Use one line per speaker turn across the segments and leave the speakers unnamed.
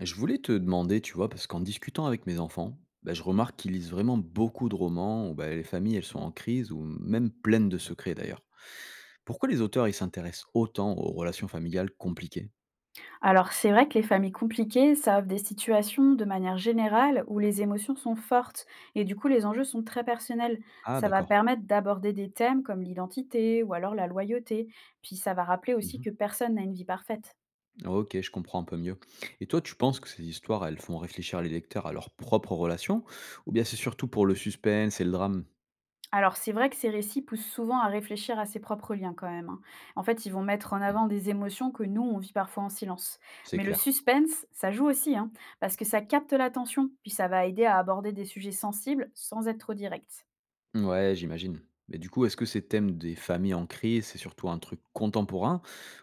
Je voulais te demander, tu vois, parce qu'en discutant avec mes enfants, bah, je remarque qu'ils lisent vraiment beaucoup de romans où bah, les familles, elles sont en crise ou même pleines de secrets d'ailleurs. Pourquoi les auteurs, ils s'intéressent autant aux relations familiales compliquées?
Alors, c'est vrai que les familles compliquées, ça offre des situations de manière générale où les émotions sont fortes et du coup les enjeux sont très personnels.
Ah,
Ça va
d'accord.
permettre d'aborder des thèmes comme l'identité ou alors la loyauté. Puis ça va rappeler aussi
Mhm.
que personne n'a une vie parfaite.
Ok, je comprends un peu mieux. Et toi, tu penses que ces histoires, elles font réfléchir les lecteurs à leurs propres relations? Ou bien c'est surtout pour le suspense et le drame?
Alors, c'est vrai que ces récits poussent souvent à réfléchir à ses propres liens quand même, hein. En fait, ils vont mettre en
Hmm,
avant des émotions que nous, on vit parfois en silence.
c'est
Mais le
clair.
suspense, ça joue aussi, hein, parce que ça capte l'attention, puis ça va aider à aborder des sujets sensibles sans être trop direct.
Ouais, j'imagine. Mais du coup, est-ce que ces thèmes des familles en crise, c'est surtout un truc contemporain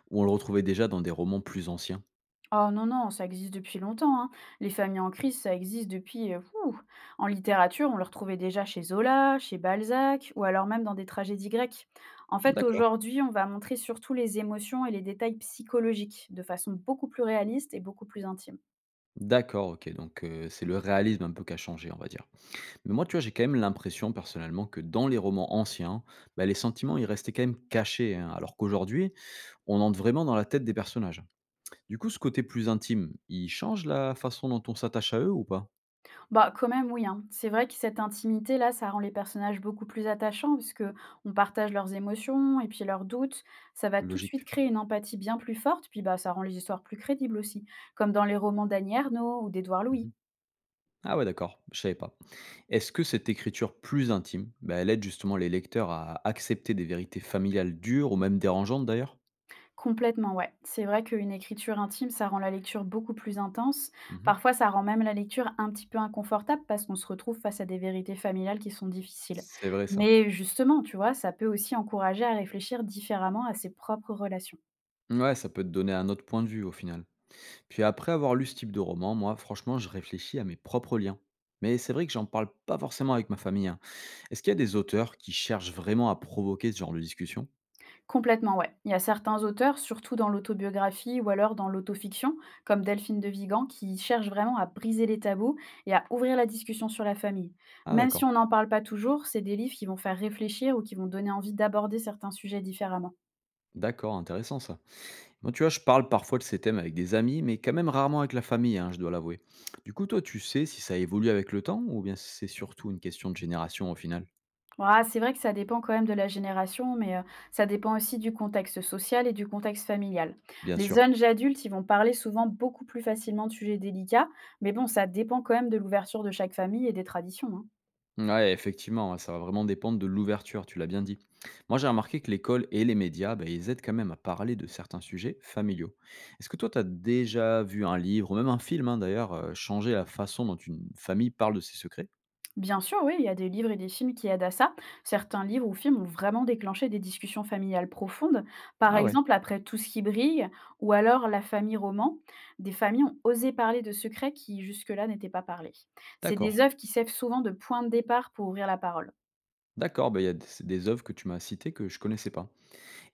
ou on le retrouvait déjà dans des romans plus anciens?
Oh non, non, ça existe depuis longtemps, hein. Les familles en crise, ça existe depuis... ouh. En littérature, on le retrouvait déjà chez Zola, chez Balzac, ou alors même dans des tragédies grecques. En fait,
D'accord,
aujourd'hui, on va montrer surtout les émotions et les détails psychologiques de façon beaucoup plus réaliste et beaucoup plus intime.
d'accord, OK, donc c'est le réalisme un peu qui a changé, on va dire. Mais moi, tu vois, j'ai quand même l'impression personnellement que dans les romans anciens, bah, les sentiments, ils restaient quand même cachés, hein, alors qu'aujourd'hui, on entre vraiment dans la tête des personnages. Du coup, ce côté plus intime, il change la façon dont on s'attache à eux ou pas?
Bah, quand même, oui, hein. C'est vrai que cette intimité-là, ça rend les personnages beaucoup plus attachants parce on partage leurs émotions et puis leurs doutes. Ça va tout de suite
Logique.
créer une empathie bien plus forte, puis bah, ça rend les histoires plus crédibles aussi, comme dans les romans d'Annie Ernaux ou d'Édouard
Mmh.
Louis.
Ah ouais, d'accord, je savais pas. Est-ce que cette écriture plus intime, bah, elle aide justement les lecteurs à accepter des vérités familiales dures ou même dérangeantes d'ailleurs?
Complètement, ouais. C'est vrai qu'une écriture intime, ça rend la lecture beaucoup plus intense.
Mmh.
Parfois, ça rend même la lecture un petit peu inconfortable parce qu'on se retrouve face à des vérités familiales qui sont difficiles.
C'est vrai ça.
Mais justement, tu vois, ça peut aussi encourager à réfléchir différemment à ses propres relations.
Ouais, ça peut te donner un autre point de vue au final. Puis après avoir lu ce type de roman, moi, franchement, je réfléchis à mes propres liens. Mais c'est vrai que j'en parle pas forcément avec ma famille, hein. Est-ce qu'il y a des auteurs qui cherchent vraiment à provoquer ce genre de discussion?
Complètement, ouais. Il y a certains auteurs, surtout dans l'autobiographie ou alors dans l'autofiction, comme Delphine de Vigan, qui cherchent vraiment à briser les tabous et à ouvrir la discussion sur la famille.
Ah
Même si
d'accord.
on n'en parle pas toujours, c'est des livres qui vont faire réfléchir ou qui vont donner envie d'aborder certains sujets différemment.
D'accord, intéressant ça. Moi, tu vois, je parle parfois de ces thèmes avec des amis, mais quand même rarement avec la famille, hein, je dois l'avouer. Du coup, toi, tu sais si ça évolue avec le temps ou bien c'est surtout une question de génération au final?
Ah, c'est vrai que ça dépend quand même de la génération, mais ça dépend aussi du contexte social et du contexte familial.
Bien
Les
sûr.
jeunes adultes, ils vont parler souvent beaucoup plus facilement de sujets délicats, mais bon, ça dépend quand même de l'ouverture de chaque famille et des traditions, hein.
Ouais, effectivement, ouais, ça va vraiment dépendre de l'ouverture, tu l'as bien dit. Moi, j'ai remarqué que l'école et les médias, bah, ils aident quand même à parler de certains sujets familiaux. Est-ce que toi, tu as déjà vu un livre, ou même un film hein, d'ailleurs, changer la façon dont une famille parle de ses secrets?
Bien sûr, oui, il y a des livres et des films qui aident à ça. Certains livres ou films ont vraiment déclenché des discussions familiales profondes. Par
Ah ouais,
exemple, après Tout ce qui brille ou alors La famille roman, des familles ont osé parler de secrets qui jusque-là n'étaient pas parlés. C'est des
d'accord.
œuvres qui servent souvent de point de départ pour ouvrir la parole.
D'accord, bah, il y a des c'est des œuvres que tu m'as citées que je connaissais pas.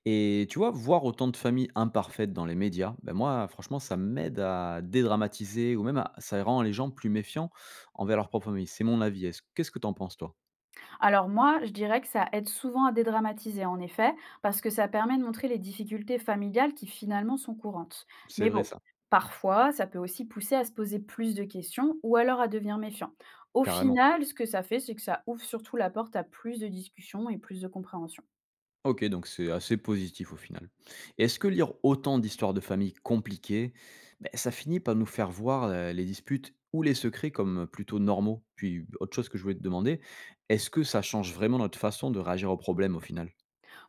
Et tu vois, voir autant de familles imparfaites dans les médias, ben moi, franchement, ça m'aide à dédramatiser, ou même à- ça rend les gens plus méfiants envers leur propre famille. C'est mon avis. Est-ce- Qu'est-ce que t'en penses, toi?
Alors moi, je dirais que ça aide souvent à dédramatiser en effet, parce que ça permet de montrer les difficultés familiales qui finalement sont courantes.
C'est
Mais
vrai,
bon,
ça.
parfois, ça peut aussi pousser à se poser plus de questions ou alors à devenir méfiant. Au
Carrément.
final, ce que ça fait, c'est que ça ouvre surtout la porte à plus de discussions et plus de compréhension.
OK, donc c'est assez positif au final. Et est-ce que lire autant d'histoires de famille compliquées, ben, ça finit par nous faire voir, les disputes ou les secrets comme plutôt normaux? Puis autre chose que je voulais te demander, est-ce que ça change vraiment notre façon de réagir aux problèmes au final?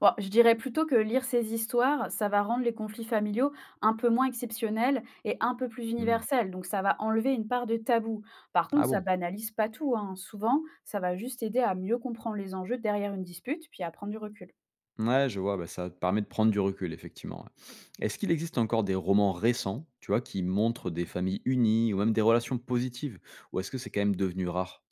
Bon, je dirais plutôt que lire ces histoires, ça va rendre les conflits familiaux un peu moins exceptionnels et un peu plus
Mmh.
universels. Donc, ça va enlever une part de tabou. Par contre,
Ah
ça
bon?
banalise pas tout, hein. Souvent, ça va juste aider à mieux comprendre les enjeux derrière une dispute, puis à prendre du recul.
Ouais, je vois, bah, ça te permet de prendre du recul effectivement, ouais. Est-ce qu'il existe encore des romans récents, tu vois, qui montrent des familles unies ou même des relations positives? Ou est-ce que c'est quand même devenu rare?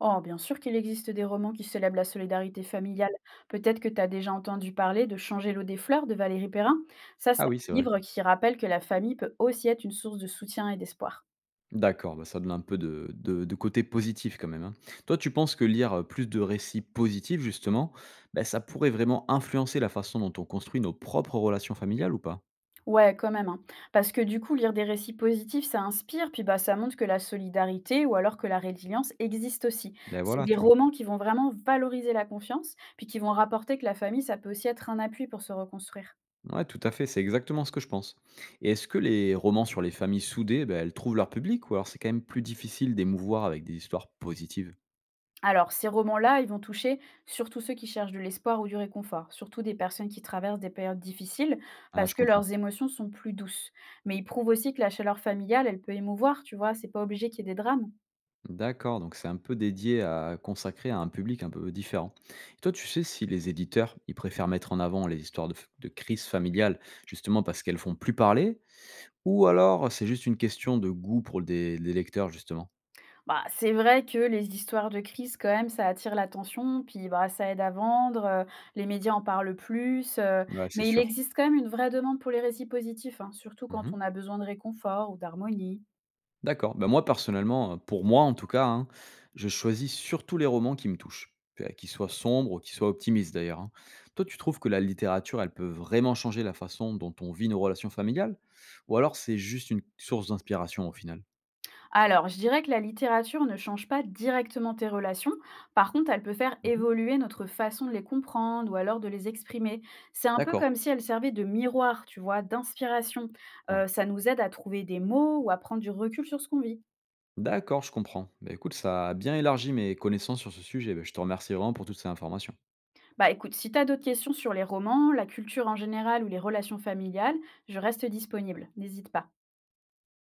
Oh, bien sûr qu'il existe des romans qui célèbrent la solidarité familiale. Peut-être que tu as déjà entendu parler de Changer l'eau des fleurs de Valérie Perrin. Ça, c'est
Ah oui,
un
c'est vrai.
livre qui rappelle que la famille peut aussi être une source de soutien et d'espoir.
D'accord, bah, ça donne un peu de de côté positif quand même, hein. Toi, tu penses que lire, plus de récits positifs justement, bah, ça pourrait vraiment influencer la façon dont on construit nos propres relations familiales ou pas?
Ouais, quand même, hein. Parce que du coup, lire des récits positifs, ça inspire, puis bah, ça montre que la solidarité ou alors que la résilience existe aussi.
Beh,
C'est
voilà,
des
tu vois?
romans qui vont vraiment valoriser la confiance, puis qui vont rapporter que la famille, ça peut aussi être un appui pour se reconstruire.
Ouais, tout à fait, c'est exactement ce que je pense. Et est-ce que les romans sur les familles soudées, bah, elles trouvent leur public ou alors c'est quand même plus difficile d'émouvoir avec des histoires positives?
Alors, ces romans-là, ils vont toucher surtout ceux qui cherchent de l'espoir ou du réconfort, surtout des personnes qui traversent des périodes difficiles,
Ah,
parce
je
que
comprends.
leurs émotions sont plus douces. Mais ils prouvent aussi que la chaleur familiale, elle peut émouvoir, tu vois, c'est pas obligé qu'il y ait des drames.
D'accord, donc c'est un peu dédié à consacré à un public un peu différent. Et toi, tu sais si les éditeurs, ils préfèrent mettre en avant les histoires de, f- de crise familiale, justement parce qu'elles font plus parler, ou alors c'est juste une question de goût pour des lecteurs, justement?
Bah, c'est vrai que les histoires de crise quand même, ça attire l'attention, puis bah, ça aide à vendre, les médias en parlent plus,
Ouais, c'est
mais il
sûr.
existe quand même une vraie demande pour les récits positifs, hein, surtout quand on a besoin de réconfort ou d'harmonie.
D'accord. Ben moi, personnellement, pour moi en tout cas, hein, je choisis surtout les romans qui me touchent, qu'ils soient sombres ou qu'ils soient optimistes d'ailleurs, hein. Toi, tu trouves que la littérature, elle peut vraiment changer la façon dont on vit nos relations familiales? Ou alors c'est juste une source d'inspiration au final?
Alors, je dirais que la littérature ne change pas directement tes relations. Par contre, elle peut faire
Mmh.
évoluer notre façon de les comprendre ou alors de les exprimer. C'est un peu
D'accord,
comme si elle servait de miroir, tu vois, d'inspiration.
ouais.
Ça nous aide à trouver des mots ou à prendre du recul sur ce qu'on vit.
D'accord, je comprends. Ben écoute, ça a bien élargi mes connaissances sur ce sujet. Bah, je te remercie vraiment pour toutes ces informations.
Bah écoute, si tu as d'autres questions sur les romans, la culture en général ou les relations familiales, je reste disponible. N'hésite pas.